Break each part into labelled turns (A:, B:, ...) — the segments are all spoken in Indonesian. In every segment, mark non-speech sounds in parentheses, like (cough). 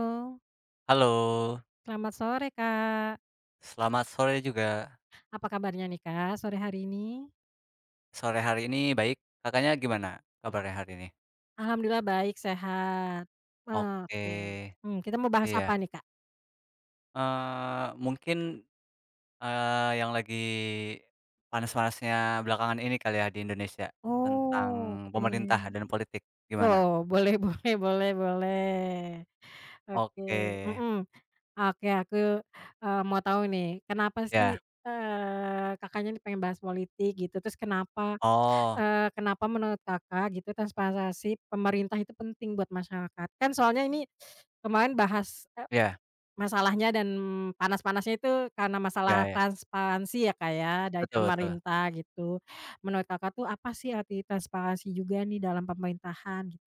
A: Halo,
B: Halo,
A: selamat sore Kak.
B: selamat sore juga.
A: Apa kabarnya nih Kak, sore hari ini?
B: Sore hari ini baik, Kakaknya gimana kabarnya hari ini?
A: Alhamdulillah baik, sehat.
B: Oke,
A: Oke. Kita mau bahas
B: iya.
A: apa nih Kak?
B: Mungkin, yang lagi panas-panasnya belakangan ini kali ya di Indonesia, tentang
A: Oh,
B: pemerintah dan
A: oke.
B: politik, gimana?
A: Oh, boleh (laughs) boleh boleh boleh.
B: Oke,
A: Oke, mhm. Oke, aku, mau tahu nih, kenapa
B: ya.
A: sih, Kakaknya nih pengen bahas politik gitu, terus kenapa,
B: Oh,
A: eee, kenapa menurut Kakak gitu transparansi pemerintah itu penting buat masyarakat? Kan soalnya ini kemarin bahas
B: ya
A: masalahnya dan panas-panasnya itu karena masalah
B: ya ya,
A: transparansi ya, Kak, ya, dari
B: betul betul.
A: pemerintah gitu. Menurut Kakak tuh apa sih arti transparansi juga nih dalam pemerintahan gitu?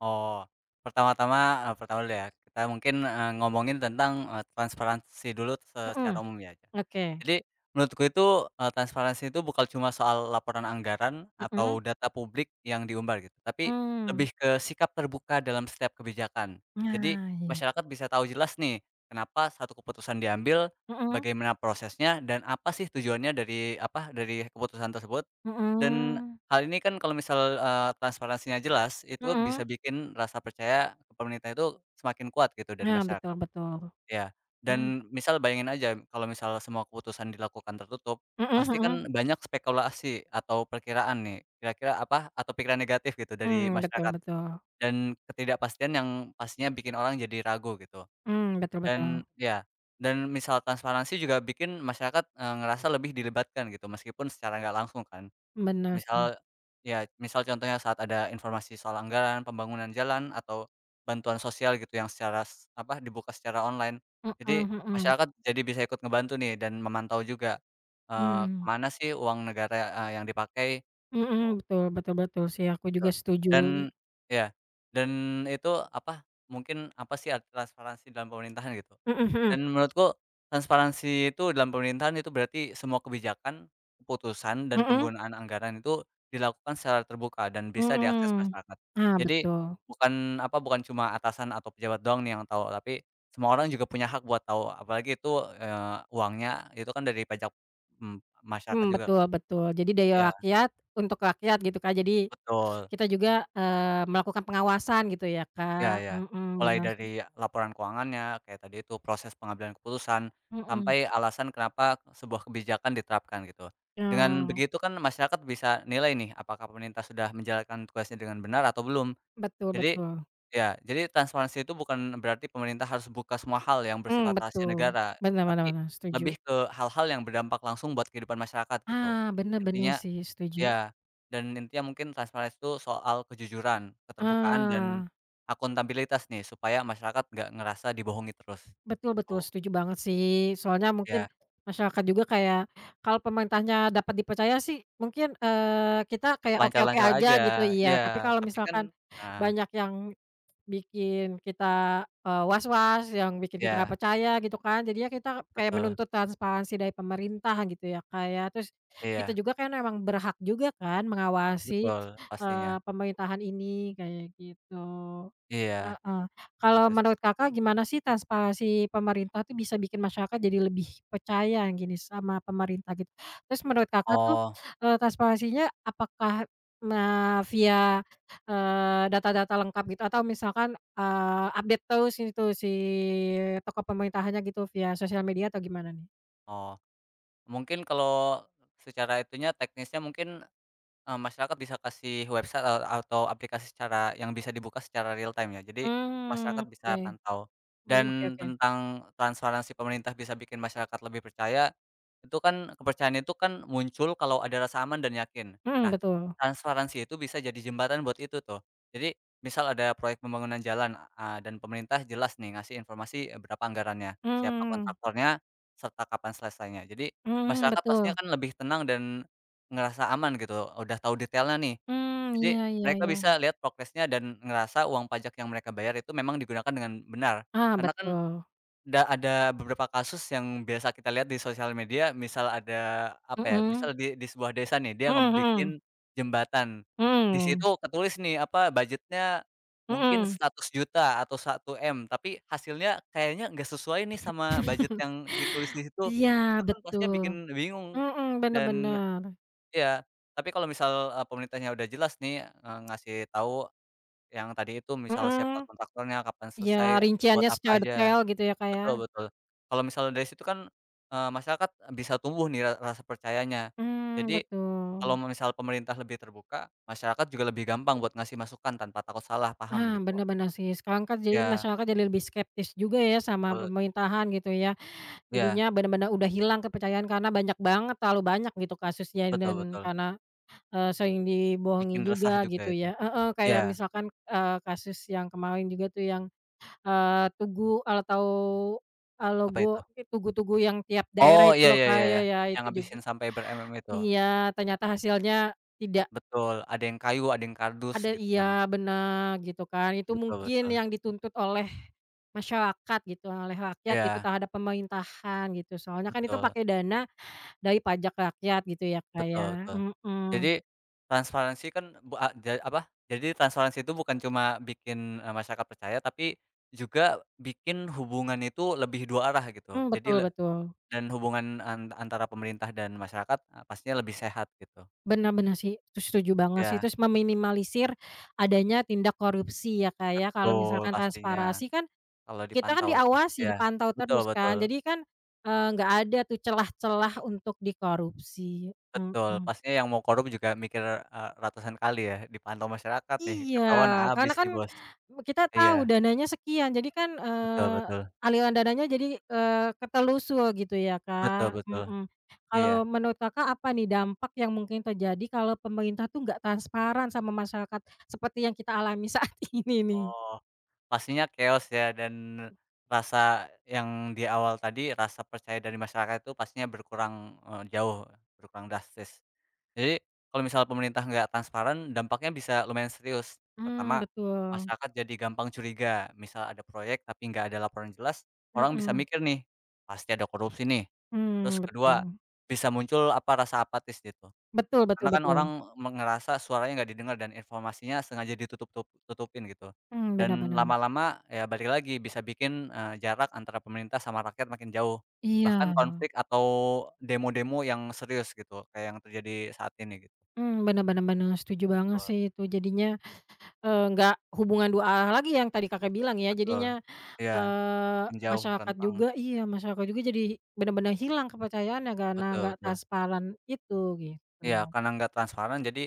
B: Oh, pertama-tama, pertama dulu ya, kita mungkin, ngomongin tentang, transparansi dulu
A: Mhm,
B: secara umum ya.
A: oke,
B: Jadi menurutku itu, transparansi itu bukan cuma soal laporan anggaran
A: mhm,
B: atau data publik yang diumbar gitu, tapi
A: mmm,
B: lebih ke sikap terbuka dalam setiap kebijakan. Jadi
A: nah iya,
B: masyarakat bisa tahu jelas nih, kenapa satu keputusan diambil,
A: mhm,
B: bagaimana prosesnya, dan apa sih tujuannya dari apa, dari keputusan tersebut. Dan
A: mhm,
B: hal ini kan kalau misal, transparansinya jelas, itu bisa
A: mhm,
B: bikin rasa percaya ke pemerintah itu semakin kuat gitu dari
A: nah betul
B: masyarakat.
A: betul,
B: Ya.
A: mhm,
B: Dan misal bayangin aja kalau misal semua keputusan dilakukan tertutup,
A: mhm
B: pasti
A: mhm,
B: kan banyak spekulasi atau perkiraan nih, kira-kira apa, atau pikiran negatif gitu
A: mmm,
B: dari
A: betul
B: masyarakat,
A: betul,
B: dan ketidakpastian yang pastinya bikin orang jadi ragu gitu.
A: mmm, betul betul,
B: Dan ya, dan misal transparansi juga bikin masyarakat, ngerasa lebih dilibatkan gitu, meskipun secara nggak langsung kan.
A: bener sih,
B: Misal ya misal contohnya saat ada informasi soal anggaran, pembangunan jalan, atau bantuan sosial gitu yang secara apa, dibuka secara online.
A: mhm
B: Jadi
A: mhm,
B: masyarakat jadi bisa ikut ngebantu nih dan memantau juga,
A: mmm,
B: ke sih uang negara, yang dipakai
A: mhm,
B: gitu,
A: betul betul betul sih aku
B: betul.
A: juga setuju,
B: Dan ya, dan itu apa, mungkin apa sih, transparansi dalam pemerintahan gitu.
A: mhm mhm,
B: Dan menurutku transparansi itu dalam pemerintahan itu berarti semua kebijakan, keputusan, dan
A: mhm?
B: penggunaan anggaran itu dilakukan secara terbuka dan bisa diakses
A: Mhm.
B: masyarakat.
A: Ah,
B: Jadi
A: betul.
B: bukan apa, bukan cuma atasan atau pejabat doang nih yang tahu, tapi semua orang juga punya hak buat tahu, apalagi itu, uangnya itu kan dari pajak, mmm, masyarakat
A: Mmm,
B: juga kan.
A: betul betul. Jadi dari
B: Iya,
A: rakyat untuk rakyat gitu, Kak. Jadi
B: betul.
A: kita juga, melakukan pengawasan gitu ya,
B: Iya
A: Kak.
B: iya.
A: Mhm,
B: Mulai
A: benar
B: dari
A: sih.
B: laporan keuangannya, kayak tadi itu proses pengambilan keputusan,
A: Mhm.
B: sampai alasan kenapa sebuah kebijakan diterapkan gitu. Dengan
A: Nah,
B: begitu kan masyarakat bisa nilai nih apakah pemerintah sudah menjalankan tugasnya dengan benar atau belum.
A: betul
B: Jadi
A: betul.
B: ya, jadi transparansi itu bukan berarti pemerintah harus buka semua hal yang
A: Mmm,
B: bersifat rahasia
A: betul.
B: negara,
A: Benar benar
B: tapi
A: benar, setuju.
B: lebih ke hal-hal yang berdampak langsung buat kehidupan masyarakat gitu.
A: Ah, benar benar
B: Intinya
A: sih, setuju.
B: iya, dan intinya mungkin transparansi itu soal kejujuran, keterbukaan, dan
A: Ah.
B: akuntabilitas nih, supaya masyarakat nggak ngerasa dibohongi terus.
A: Betul betul,
B: Oh,
A: setuju banget sih. Soalnya
B: iya.
A: mungkin masyarakat juga kayak kalau pemerintahnya dapat dipercaya sih mungkin, kita kayak oke-oke
B: Lancar-lancar aja,
A: aja gitu,
B: iya,
A: iya. Tapi kalau
B: tapi kan
A: misalkan
B: nah,
A: banyak yang bikin kita, was-was, yang bikin kita nggak
B: iya,
A: percaya gitu kan, jadinya kita kayak
B: betul,
A: menuntut transparansi dari pemerintah gitu ya, Kak, ya. Terus kita
B: iya,
A: juga kan emang berhak juga kan mengawasi,
B: betul, pastinya.
A: pemerintahan ini, kayak gitu.
B: Iya,
A: Heeh. Kalau
B: gitu sih.
A: menurut Kakak gimana sih transparansi pemerintah tuh bisa bikin masyarakat jadi lebih percaya gini sama pemerintah gitu? Terus menurut Kakak tuh,
B: Oh
A: transparansinya apakah, nah, via, data-data lengkap gitu atau misalkan, update terus itu si tokoh pemerintahannya gitu via sosial media atau gimana nih?
B: oh, mungkin kalau secara itunya, teknisnya mungkin masyarakat bisa kasih website atau aplikasi secara yang bisa dibuka secara real time ya. Jadi masyarakat
A: Mmm, oke.
B: bisa pantau.
A: Mmm, oke
B: Dan
A: oke.
B: tentang transparansi pemerintah bisa bikin masyarakat lebih percaya, itu kan kepercayaan itu kan muncul kalau ada rasa aman dan yakin.
A: Mhm,
B: Nah,
A: betul.
B: transparansi itu bisa jadi jembatan buat itu tuh. Jadi misal ada proyek pembangunan jalan, dan pemerintah jelas nih ngasih informasi, berapa anggarannya, siapa
A: Mmm,
B: kontraktornya, serta kapan selesainya. Jadi
A: mhm,
B: masyarakat pastinya
A: betul.
B: kan lebih tenang dan ngerasa aman gitu, udah tahu detailnya nih.
A: Mmm,
B: Jadi
A: iya iya
B: mereka
A: iya.
B: bisa lihat progresnya dan ngerasa uang pajak yang mereka bayar itu memang digunakan dengan benar.
A: Ah,
B: Karena kan
A: betul.
B: ada beberapa kasus yang biasa kita lihat di sosial media, misal ada apa ya, misal
A: Mhm.
B: di sebuah desa nih, dia
A: Mhm mhm,
B: ngebikin jembatan. Di
A: mhm,
B: situ ketulis nih, apa, budgetnya mungkin
A: mhm.
B: 100 juta atau satu m, tapi hasilnya kayaknya nggak sesuai nih sama budget
A: (laughs)
B: yang ditulis di situ.
A: Iya
B: Itu kan pastinya
A: betul,
B: bikin bingung
A: mhm, bener
B: dan
A: benar
B: iya, tapi kalau misal, pemerintahnya udah jelas nih, ngasih tahu yang tadi itu misal siapa
A: mhm,
B: kontraktornya, kapan
A: ya
B: selesai, terus buat
A: rinciannya
B: apa
A: secara
B: aja,
A: detail gitu ya Kak ya,
B: betul betul. Kalau misal dari situ kan, masyarakat bisa tumbuh nih rasa percayanya.
A: mmm,
B: Jadi, kalau
A: betul,
B: misal pemerintah lebih terbuka, masyarakat juga lebih gampang buat ngasih masukan tanpa takut salah paham
A: ah,
B: gitu.
A: benar-benar sih sekarang kan jadi
B: Iya,
A: masyarakat jadi lebih skeptis juga ya sama
B: betul.
A: pemerintahan gitu ya,
B: Iya,
A: jadinya benar-benar udah hilang kepercayaan karena banyak banget terlalu banyak gitu kasusnya
B: betul
A: dan
B: betul.
A: karena, sering dibohongi
B: Bikin resah
A: juga
B: juga
A: gitu
B: itu.
A: ya, kayak
B: Iya,
A: misalkan, kasus yang kemarin juga tuh yang tugu atau
B: apa itu?
A: alogo tugu-tugu yang tiap daerah
B: Oh,
A: itu
B: iya
A: loh
B: iya
A: Kak,
B: iya
A: ya
B: iya,
A: ya
B: yang
A: itu juga
B: ngabisin sampai ber-mm itu.
A: iya, ternyata hasilnya tidak
B: Betul, ada yang kayu, ada yang kardus
A: ada,
B: gitu
A: iya,
B: kan.
A: benar gitu kan, itu
B: Betul
A: mungkin
B: betul.
A: yang dituntut oleh masyarakat gitu, oleh rakyat gitu
B: Iya,
A: terhadap pemerintahan gitu, soalnya kan itu
B: betul,
A: pakai dana dari pajak rakyat gitu ya Kak, ya,
B: betul betul. Jadi
A: mhm,
B: transparansi kan bu a ja apa, jadi transparansi itu bukan cuma bikin, masyarakat percaya, tapi juga bikin hubungan itu lebih dua arah gitu.
A: mmm,
B: Jadi
A: betul betul,
B: dan hubungan antara pemerintah dan masyarakat, pastinya lebih sehat gitu.
A: benar benar sih, itu setuju banget sih,
B: Iya,
A: terus meminimalisir adanya tindak korupsi ya Kak, ya, kalau
B: betul
A: misalkan
B: pastinya,
A: transparansi kan
B: kalau
A: kita kan
B: dipantau tuh.
A: diawasi,
B: Iya,
A: dipantau
B: betul
A: terus
B: betul.
A: kan, jadi kan, nggak ada tuh celah-celah untuk dikorupsi, mhm.
B: Betul, pastinya yang mau korup juga mikir, ratusan kali ya, dipantau masyarakat nih,
A: Iya,
B: ketahuan habis
A: karena kan
B: nih, Bos.
A: kita
B: Iya,
A: tahu dananya sekian, jadi kan,
B: betul betul,
A: aliran dananya jadi, ketelusur gitu ya,
B: betul
A: Kak,
B: betul,
A: mhm. Kalau
B: iya.
A: menurut Kakak apa nih dampak yang mungkin terjadi kalau pemerintah tuh nggak transparan sama masyarakat seperti yang kita alami (laughs) saat ini nih?
B: Oh, pastinya chaos ya dan rasa yang di awal tadi, rasa percaya dari masyarakat itu pastinya berkurang, jauh, berkurang drastis. Jadi, kalau misal pemerintah nggak transparan, dampaknya bisa lumayan serius.
A: Mmm,
B: Pertama,
A: betul,
B: masyarakat jadi gampang curiga, misal ada proyek tapi nggak ada laporan jelas, orang bisa
A: mhm,
B: mikir nih, "Pasti ada korupsi nih." Terus
A: mmm,
B: kedua,
A: betul.
B: bisa muncul apa, rasa apatis gitu.
A: Betul betul
B: Karena kan
A: betul,
B: orang ngerasa suaranya nggak didengar dan informasinya sengaja ditutup tutupin gitu.
A: mmm, benar
B: Dan
A: benar.
B: lama-lama ya balik lagi bisa bikin, jarak antara pemerintah sama rakyat makin jauh. Bahkan
A: Iya.
B: konflik atau demo-demo yang serius gitu, kayak yang terjadi saat ini gitu.
A: Mmm, bener bener bener, setuju banget
B: Betul
A: sih itu jadinya, nggak hubungan dua arah lagi yang tadi Kakak bilang ya
B: betul.
A: jadinya,
B: Iya,
A: eee,
B: makin jauh
A: masyarakat
B: rentang.
A: juga iya masyarakat juga jadi bener-bener hilang kepercayaannya karena
B: Betul
A: nggak
B: betul.
A: transparan itu gitu,
B: Iya, karena nggak transparan jadi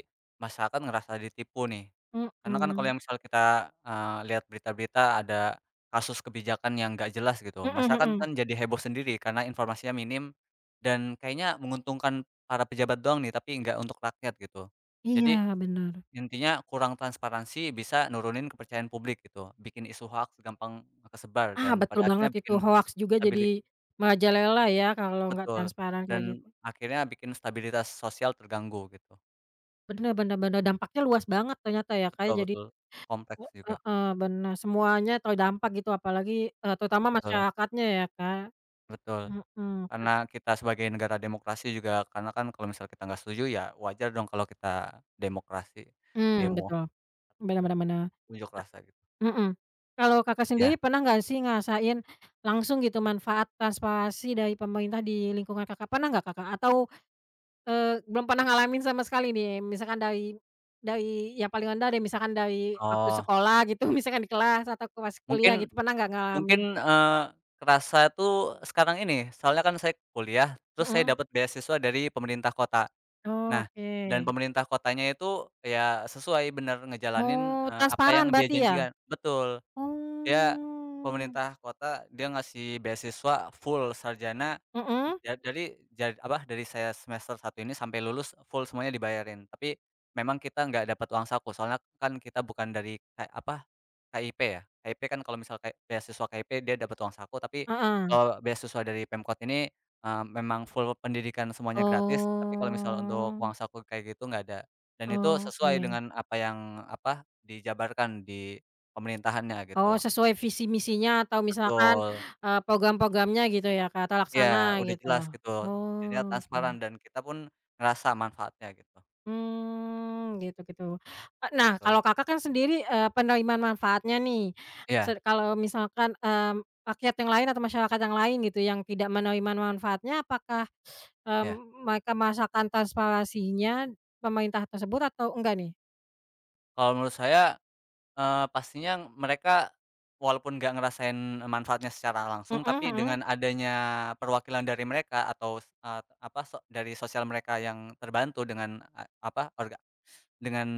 B: masyarakat ngerasa ditipu nih.
A: mhm,
B: Karena kan kalau
A: mhm
B: yang misal kita, lihat berita-berita ada kasus kebijakan yang nggak jelas gitu, masyarakat
A: mhm,
B: kan jadi heboh sendiri karena informasinya minim dan kayaknya menguntungkan para pejabat doang nih, tapi nggak untuk rakyat gitu. Jadi
A: iya bener,
B: intinya kurang transparansi bisa nurunin kepercayaan publik gitu, bikin isu hoaks gampang kesebar
A: ah,
B: dan
A: betul
B: pada akhirnya
A: banget itu
B: bikin
A: hoaks juga
B: stabili
A: jadi merajalela ya kalau nggak
B: betul,
A: transparan kayak
B: dan
A: gitu,
B: akhirnya bikin stabilitas sosial terganggu gitu.
A: bener bener bener dampaknya luas banget ternyata ya Kak ya
B: Betul
A: jadi
B: betul, kompleks juga,
A: Heeh, bener, semuanya terdampak gitu apalagi, terutama
B: betul
A: masyarakatnya ya, Kak.
B: betul.
A: Mhm,
B: Karena kita sebagai negara demokrasi juga karena kan kalau misal kita nggak setuju ya wajar dong kalau kita demokrasi,
A: mhm,
B: demo
A: betul,
B: atau
A: bener bener bener,
B: unjuk rasa gitu,
A: mhm. Kalau Kakak
B: iya.
A: sendiri pernah nggak sih ngerasain langsung gitu manfaat transparansi dari pemerintah di lingkungan Kakak, pernah nggak Kakak? Atau, belum pernah ngalamin sama sekali nih misalkan dari yang paling rendah deh misalkan dari waktu
B: Oh,
A: sekolah gitu (laughs) misalkan di kelas atau pas kuliah
B: mungkin
A: gitu pernah nggak ngalamin?
B: mungkin, kerasa tuh sekarang ini, soalnya kan saya kuliah, terus saya
A: Mhm,
B: dapat beasiswa dari pemerintah kota. Nah,
A: oke.
B: dan pemerintah kotanya itu ya sesuai bener ngejalanin,
A: Oh,
B: apa
A: transparan
B: yang dia
A: berarti ya?
B: janjikan, betul. Dia
A: Oh.
B: pemerintah kota, dia ngasih beasiswa full sarjana,
A: Mhm,
B: da dari ja apa, dari saya semester 1 ini sampai lulus full semuanya dibayarin. Tapi memang kita nggak dapat uang saku, soalnya kan kita bukan dari K apa, KIP ya. KIP kan kalau misal kayak beasiswa KIP dia dapat uang saku, tapi
A: heeh.
B: kalau beasiswa dari Pemkot ini, memang full pendidikan semuanya gratis, tapi kalau misal untuk
A: Oh,
B: uang saku kayak gitu nggak ada. Dan itu
A: oke.
B: sesuai dengan apa yang apa, dijabarkan di pemerintahannya
A: Oh,
B: gitu.
A: sesuai visi misinya atau misalkan,
B: Betul,
A: program-programnya gitu ya, Kak,
B: iya
A: terlaksana
B: udah
A: gitu.
B: jelas gitu, jadinya
A: Oh, oke.
B: transparan dan kita pun ngerasa manfaatnya gitu,
A: Mmm, gitu gitu. Nah,
B: betul.
A: kalau Kakak kan sendiri, penerimaan manfaatnya nih,
B: Iya
A: kalau misalkan, mmm, rakyat yang lain atau masyarakat yang lain gitu yang tidak menerima manfaatnya apakah,
B: iya.
A: mereka merasakan transparansinya pemerintah tersebut atau enggak nih?
B: Kalau menurut saya, pastinya mereka walaupun nggak ngerasain manfaatnya secara langsung,
A: Mhm
B: tapi
A: mhm,
B: dengan adanya perwakilan dari mereka atau, apa, dari sosial mereka yang terbantu dengan, apa, dengan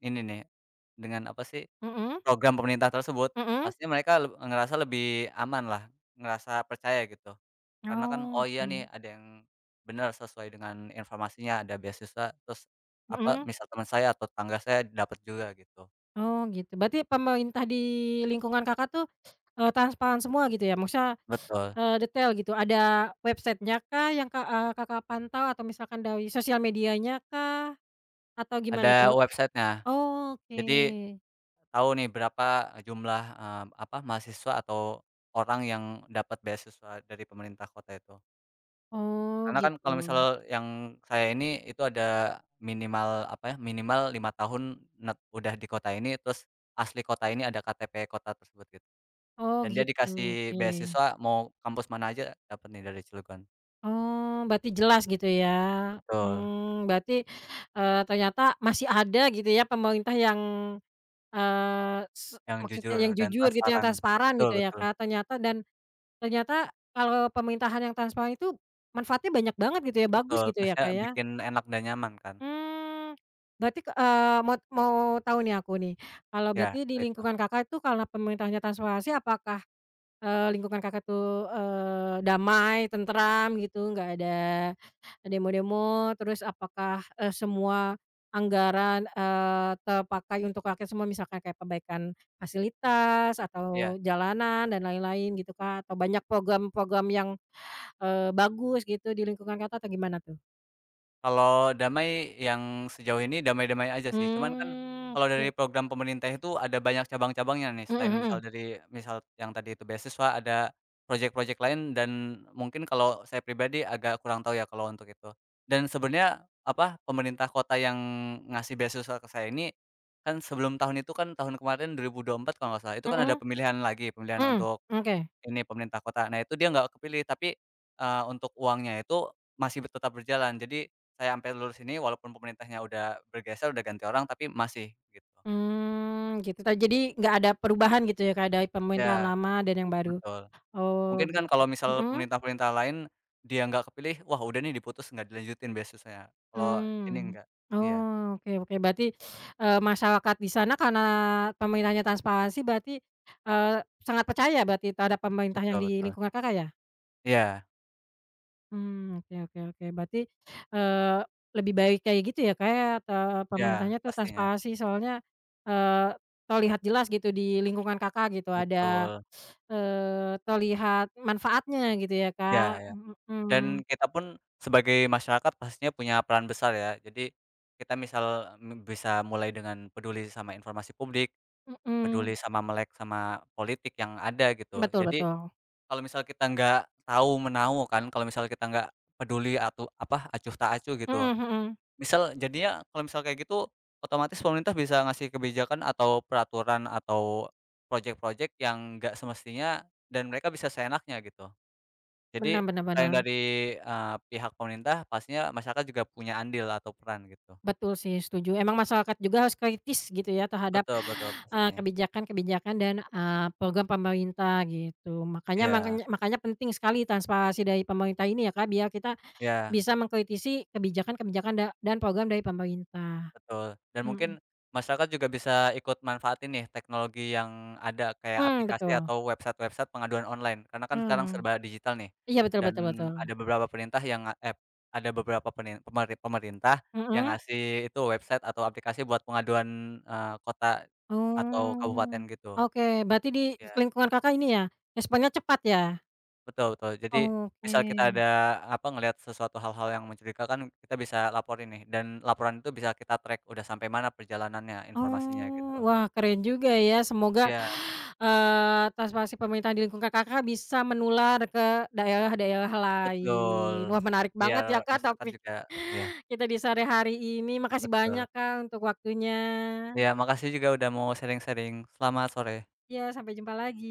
B: ini nih, dengan apa sih
A: mhm,
B: program pemerintah tersebut,
A: mhm.
B: pastinya mereka ngerasa lebih aman lah, ngerasa percaya gitu. Karena kan,
A: Oh,
B: oh iya
A: oke.
B: nih ada yang bener sesuai dengan informasinya, ada beasiswa, terus apa,
A: Mhm.
B: misal teman saya atau tetangga saya dapat juga gitu.
A: Oh gitu, berarti pemerintah di lingkungan Kakak tuh, transparan semua gitu ya? Maksudnya,
B: Betul,
A: detail gitu, ada websitenya kah yang Kakak pantau atau misalkan dari sosial medianya kah? Atau gimana tuh?
B: ada websitenya.
A: Oh, oke.
B: Jadi tahu nih berapa jumlah, apa, mahasiswa atau orang yang dapat beasiswa dari pemerintah kota itu.
A: Oh
B: Karena kan
A: gitu.
B: kalau misal yang saya ini, itu ada minimal apa ya, minimal 5 tahun net udah di kota ini, terus asli kota ini ada KTP kota tersebut gitu.
A: Oh
B: Dan dia
A: gitu,
B: dikasih
A: oke.
B: beasiswa mau kampus mana aja dapat nih dari Cilegon.
A: Oh, berarti jelas gitu ya?
B: Betul,
A: Mmm, berarti, ternyata masih ada gitu ya pemerintah yang, eee, se
B: yang
A: maksudnya
B: jujur
A: yang
B: dan
A: jujur gitu, yang
B: transparan.
A: transparan
B: Betul
A: gitu ya
B: betul,
A: Kak, Ternyata kalau pemerintahan yang transparan itu manfaatnya banyak banget gitu ya, bagus
B: betul,
A: gitu ya,
B: maksudnya
A: Kak, ya?
B: bikin enak dan nyaman kan.
A: Mmm, berarti, mau mau tahu nih aku nih, kalau
B: Ya
A: berarti di
B: apa itu?
A: lingkungan Kakak itu karena pemerintahnya transparansi apakah, lingkungan Kakak tuh, damai, tentram gitu, nggak ada demo-demo, terus apakah, semua anggaran, terpakai untuk rakyat semua misalkan kayak perbaikan fasilitas
B: Iya.
A: atau jalanan dan lain-lain gitu, Kak? Atau banyak program-program yang bagus gitu di lingkungan Kakak atau gimana tuh?
B: Kalau damai yang sejauh ini damai-damai aja sih, cuman kan
A: Mmm,
B: kalau
A: oke.
B: dari program pemerintah itu ada banyak cabang-cabangnya nih
A: Mhm
B: selain
A: mhm.
B: misal dari misal yang tadi itu beasiswa, ada proyek-proyek lain dan mungkin kalau saya pribadi agak kurang tahu ya kalau untuk itu. Dan sebenarnya apa, pemerintah kota yang ngasih beasiswa ke saya ini, kan sebelum tahun itu kan tahun kemarin 2024 kalau nggak salah, itu kan ada
A: Mhm
B: pemilihan lagi, pemilihan
A: mhm,
B: untuk
A: oke.
B: ini pemerintah kota. Nah itu dia nggak kepilih, tapi, untuk uangnya itu masih tetap berjalan. Jadi saya sampai lulus ini walaupun pemerintahnya udah bergeser, udah ganti orang, tapi masih gitu.
A: Mmm, gitu jadi nggak ada perubahan gitu ya Kak, dari pemerintahan
B: Ya,
A: lama dan yang baru?
B: betul.
A: Oh
B: Mungkin kan
A: gitu.
B: kalau misal
A: Mhm?
B: pemerintah-pemerintah lain dia nggak kepilih, wah udah nih diputus nggak dilanjutin beasiswanya. Kalau ini
A: Mmm.
B: enggak. Iya,
A: Oh, oke oke berarti, masyarakat di sana karena pemerintahnya transparansi berarti, eee, sangat percaya berarti terhadap pemerintah
B: betul
A: yang di
B: betul.
A: lingkungan Kakak ya?
B: Iya
A: Mmm, oke oke oke. Berarti, eee, lebih baik kayak gitu ya, Kak, ya,
B: iya,
A: pemerintahnya tuh
B: pastinya.
A: transparansi soalnya, eee, terlihat jelas gitu di lingkungan Kakak gitu ada,
B: Betul.
A: terlihat manfaatnya gitu ya,
B: Iya
A: Kak?
B: iya.
A: Mhm
B: Dan kita pun sebagai masyarakat pastinya punya peran besar ya. Jadi kita misal, bisa mulai dengan peduli sama informasi publik, peduli
A: mhm.
B: sama melek sama politik yang ada gitu.
A: Betul
B: Jadi
A: betul.
B: kalau misal kita nggak tahu-menahu kan, kalau misal kita nggak peduli atau apa, acuh tak acuh gitu.
A: Mhm mhm.
B: Misal jadinya kalau misal kayak gitu, otomatis pemerintah bisa ngasih kebijakan atau peraturan atau proyek-proyek yang nggak semestinya dan mereka bisa seenaknya gitu. Jadi,
A: Benar benar
B: selain
A: benar.
B: dari, pihak pemerintah, pastinya masyarakat juga punya andil atau peran gitu.
A: Betul sih, setuju. Emang masyarakat juga harus kritis gitu ya terhadap,
B: Betul betul, pastinya.
A: kebijakan-kebijakan dan, program pemerintah gitu. Makanya
B: Iya
A: makanya makanya penting sekali transparansi dari pemerintah ini ya, Kak, biar kita
B: iya,
A: bisa mengkritisi kebijakan-kebijakan dan program dari pemerintah.
B: betul. Dan mungkin
A: Mhm.
B: masyarakat juga bisa ikut manfaatin nih teknologi yang ada, kayak
A: Mmm,
B: aplikasi
A: betul.
B: atau website-website pengaduan online, karena kan sekarang
A: Mmm.
B: serba digital nih,
A: Iya, betul
B: dan
A: betul betul.
B: ada beberapa perintah yang nga ep ada beberapa penin pemeri pemerintah yang
A: Mhm.
B: ngasih itu website atau aplikasi buat pengaduan, kota atau kabupaten
A: Oh.
B: gitu,
A: Oke, berarti di
B: iya.
A: lingkungan Kakak ini ya, responnya cepat ya?
B: Betul betul. Jadi,
A: Oke.
B: misal kita ada, apa, ngelihat sesuatu hal-hal yang mencurigakan, kan kita bisa laporin nih, dan laporan itu bisa kita track udah sampai mana perjalanannya, informasinya, gitu.
A: Oh, wah keren juga ya. Semoga,
B: Iya,
A: transparansi pemerintah di lingkungan Kakak bisa menular ke daerah-daerah
B: betul.
A: lain. Wah, menarik
B: Biar
A: banget ya Kak
B: masyarakat
A: topik
B: juga ya
A: kita di sore hari ini. Makasih
B: betul.
A: banyak Kak untuk waktunya.
B: Ya makasih juga udah mau sharing-sharing. Selamat sore.
A: Ya sampai jumpa lagi.